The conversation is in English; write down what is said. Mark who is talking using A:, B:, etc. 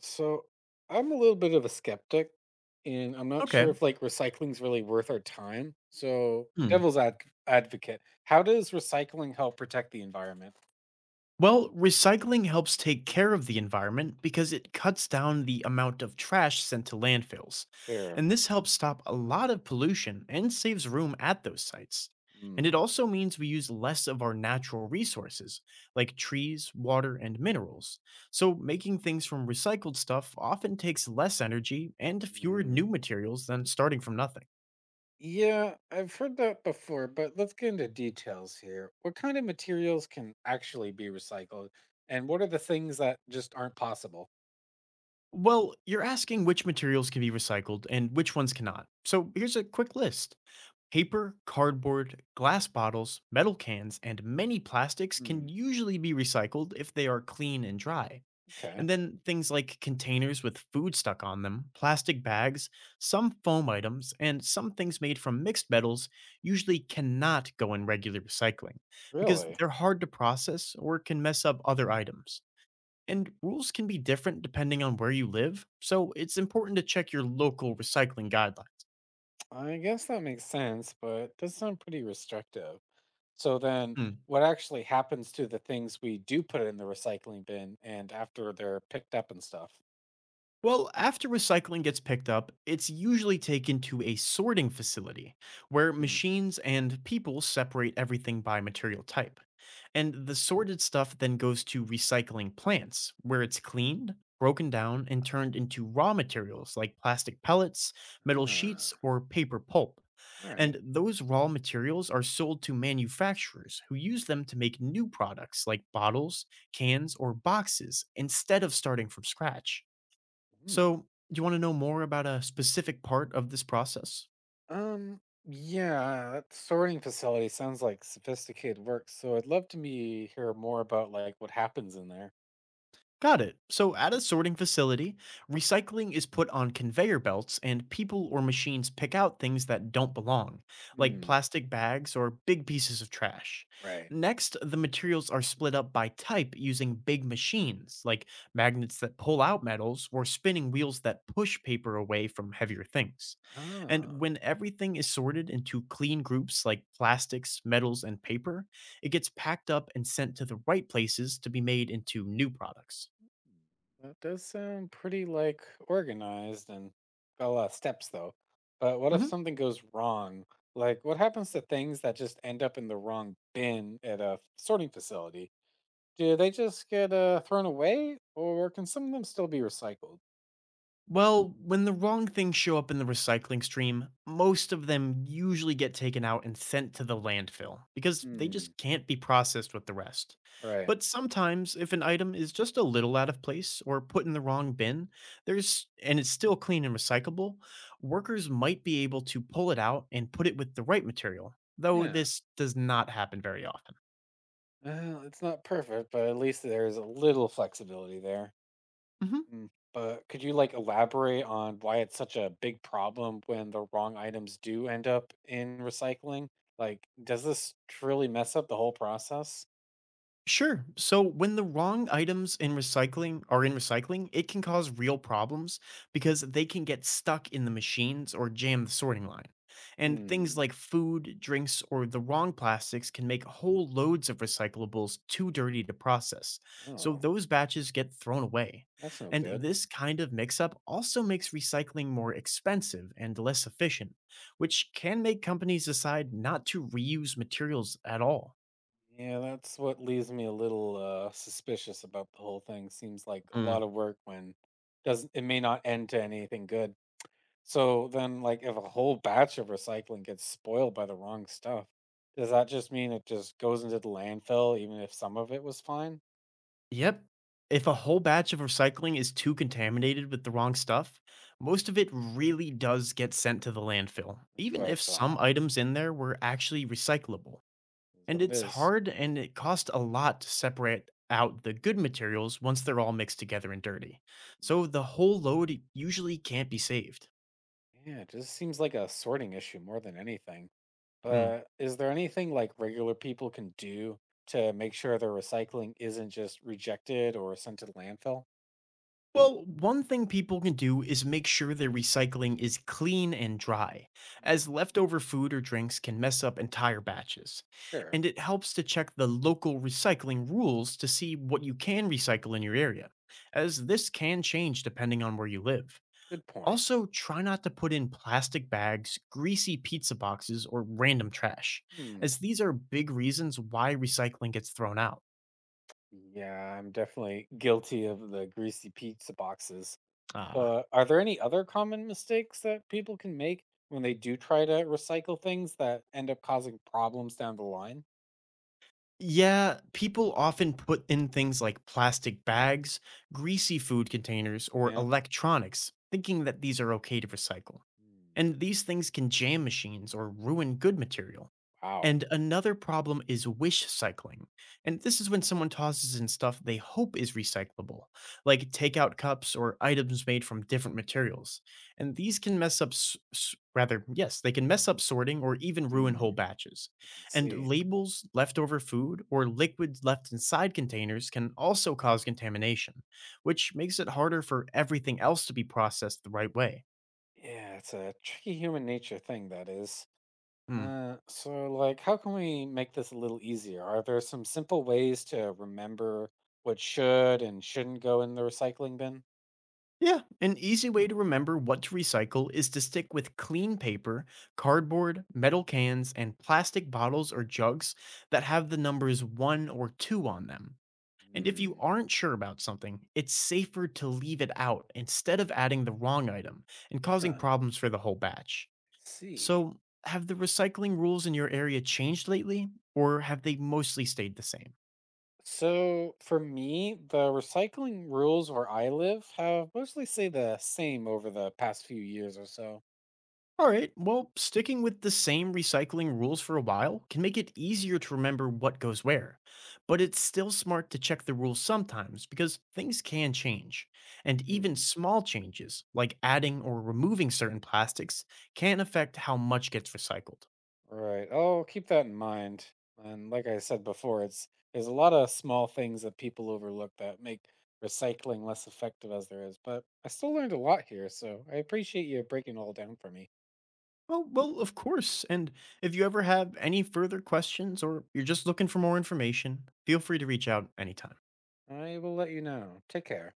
A: So I'm a little bit of a skeptic and I'm not sure
B: Okay.
A: if like recycling's really worth our time. So
B: Hmm.
A: devil's advocate, how does recycling help protect the environment?
B: Well, recycling helps take care of the environment because it cuts down the amount of trash sent to landfills.
A: Sure.
B: And this helps stop a lot of pollution and saves room at those sites. And it
A: Mm.
B: also means we use less of our natural resources, like trees, water, and minerals. So, making things from recycled stuff often takes less energy and fewer
A: Hmm.
B: new materials than starting from nothing.
A: Yeah, I've heard that before, but let's get into details here. What kind of materials can actually be recycled and what are the things that just aren't possible?
B: Well, you're asking which materials can be recycled and which ones cannot. So, here's a quick list. Paper, cardboard, glass bottles, metal cans, and many plastics
A: Hmm.
B: can usually be recycled if they are clean and dry.
A: Okay.
B: And then things like containers with food stuck on them, plastic bags, some foam items, and some things made from mixed metals usually cannot go in regular recycling because
A: Really?
B: they're hard to process or can mess up other items. And rules can be different depending on where you live, so it's important to check your local recycling guidelines.
A: I guess that makes sense, but it does sound pretty restrictive. So then
B: Hmm.
A: what actually happens to the things we do put in the recycling bin and after they're picked up and stuff?
B: Well, after recycling gets picked up, it's usually taken to a sorting facility where
A: Hmm.
B: machines and people separate everything by material type. And the sorted stuff then goes to recycling plants where it's cleaned, broken down, and turned into raw materials like plastic pellets, metal sheets,
A: Ah,
B: or paper pulp.
A: all right.
B: And those raw materials are sold to manufacturers who use them to make new products like bottles, cans, or boxes instead of starting from scratch.
A: Hmm.
B: So, do you want to know more about a specific part of this process?
A: Yeah, that sorting facility sounds like sophisticated work, so I'd love to me hear more about like what happens in there.
B: Got it. So at a sorting facility, recycling is put on conveyor belts and people or machines pick out things that don't belong, like
A: Hmm.
B: plastic bags or big pieces of trash.
A: Right.
B: Next, the materials are split up by type using big machines, like magnets that pull out metals or spinning wheels that push paper away from heavier things. And
A: Oh.
B: when everything is sorted into clean groups like plastics, metals, and paper, it gets packed up and sent to the right places to be made into new products.
A: Mm, that does sound pretty like organized and got a lot of steps though. But what if
B: Mhm.
A: something goes wrong? Like what happens to things that just end up in the wrong bin at a sorting facility? Do they just get thrown away or can some of them still be recycled?
B: Well, when the wrong things show up in the recycling stream, most of them usually get taken out and sent to the landfill because they
A: Hmm.
B: just can't be processed with the rest.
A: Right.
B: But sometimes, if an item is just a little out of place or put in the wrong bin, there's and it's still clean and recyclable, workers might be able to pull it out and put it with the right material, though
A: Yeah.
B: this does not happen very often.
A: Well, it's not perfect, but at least there's a little flexibility there.
B: Mhm.
A: Mm, but could you like elaborate on why it's such a big problem when the wrong items do end up in recycling? Like, does this truly mess up the whole process?
B: Sure. So when the wrong items in recycling are in recycling, it can cause real problems because they can get stuck in the machines or jam the sorting line. And things
A: Hmm.
B: like food, drinks, or the wrong plastics can make whole loads of recyclables too dirty to process. So
A: Oh,
B: those batches get thrown away.
A: that's no
B: And
A: good.
B: this kind of mix up also makes recycling more expensive and less efficient, which can make companies decide not to reuse materials at all.
A: Yeah, that's what leaves me a little suspicious about the whole thing. Seems like a lot of work when doesn't it may not end to anything good. So then, like, if a whole batch of recycling gets spoiled by the wrong stuff, does that just mean it just goes into the landfill, even if some of it was fine?
B: Yep. If a whole batch of recycling is too contaminated with the wrong stuff, most of it really does get sent to the landfill,
A: That's what
B: even
A: I
B: if some
A: thought.
B: items in there were actually recyclable.
A: Is what
B: And
A: it
B: it's
A: is.
B: hard and it costs a lot to separate out the good materials once they're all mixed together and dirty. So
A: Mm.
B: the whole load usually can't be saved.
A: Yeah, it just seems like a sorting issue more than anything.
B: Mm.
A: But is there anything like regular people can do to make sure their recycling isn't just rejected or sent to the landfill?
B: Well, one thing people can do is make sure their recycling is clean and dry, as
A: Hmm.
B: leftover food or drinks can mess up entire batches.
A: Sure.
B: And it helps to check the local recycling rules to see what you can recycle in your area, as this can change depending on where you live.
A: Good point.
B: Also, try not to put in plastic bags, greasy pizza boxes, or random trash,
A: Hmm.
B: as these are big reasons why recycling gets thrown out.
A: Yeah, I'm definitely guilty of the greasy pizza boxes.
B: Ah,
A: But are there any other common mistakes that people can make when they do try to recycle things that end up causing problems down the line?
B: yeah, people often put in things like plastic bags, greasy food containers, or
A: Yeah.
B: electronics, thinking that these are okay to recycle.
A: Hmm.
B: And these things can jam machines or ruin good material.
A: Wow.
B: And another problem is wish cycling. And this is when someone tosses in stuff they hope is recyclable, like takeout cups or items made from different materials. And these can mess up, rather, yes, they can mess up sorting or even ruin
A: Hmm.
B: whole batches.
A: I can
B: And
A: see.
B: labels, leftover food, or liquids left inside containers can also cause contamination, which makes it harder for everything else to be processed the right way.
A: Yeah, it's a tricky human nature thing, that is.
B: Hmm.
A: So, like, how can we make this a little easier? Are there some simple ways to remember what should and shouldn't go in the recycling bin?
B: Yeah, an easy way to remember what to recycle is to stick with clean paper, cardboard, metal cans, and plastic bottles or jugs that have the numbers 1 or 2 on them. And if you
A: Hmm.
B: aren't sure about something, it's safer to leave it out instead of adding the wrong item and causing
A: Huh, I
B: problems for the whole batch.
A: see.
B: So, have the recycling rules in your area changed lately, or have they mostly stayed the same?
A: So, for me, the recycling rules where I live have mostly stayed the same over the past few years or so.
B: All right, well, sticking with the same recycling rules for a while can make it easier to remember what goes where. But it's still smart to check the rules sometimes because things can change. And even small changes, like adding or removing certain plastics, can affect how much gets recycled.
A: Right. Oh, keep that in mind. And like I said before, it's there's a lot of small things that people overlook that make recycling less effective as there is. But I still learned a lot here, so I appreciate you breaking it all down for me.
B: Oh, well, of course. And if you ever have any further questions or you're just looking for more information, feel free to reach out anytime.
A: I will let you know. Take care.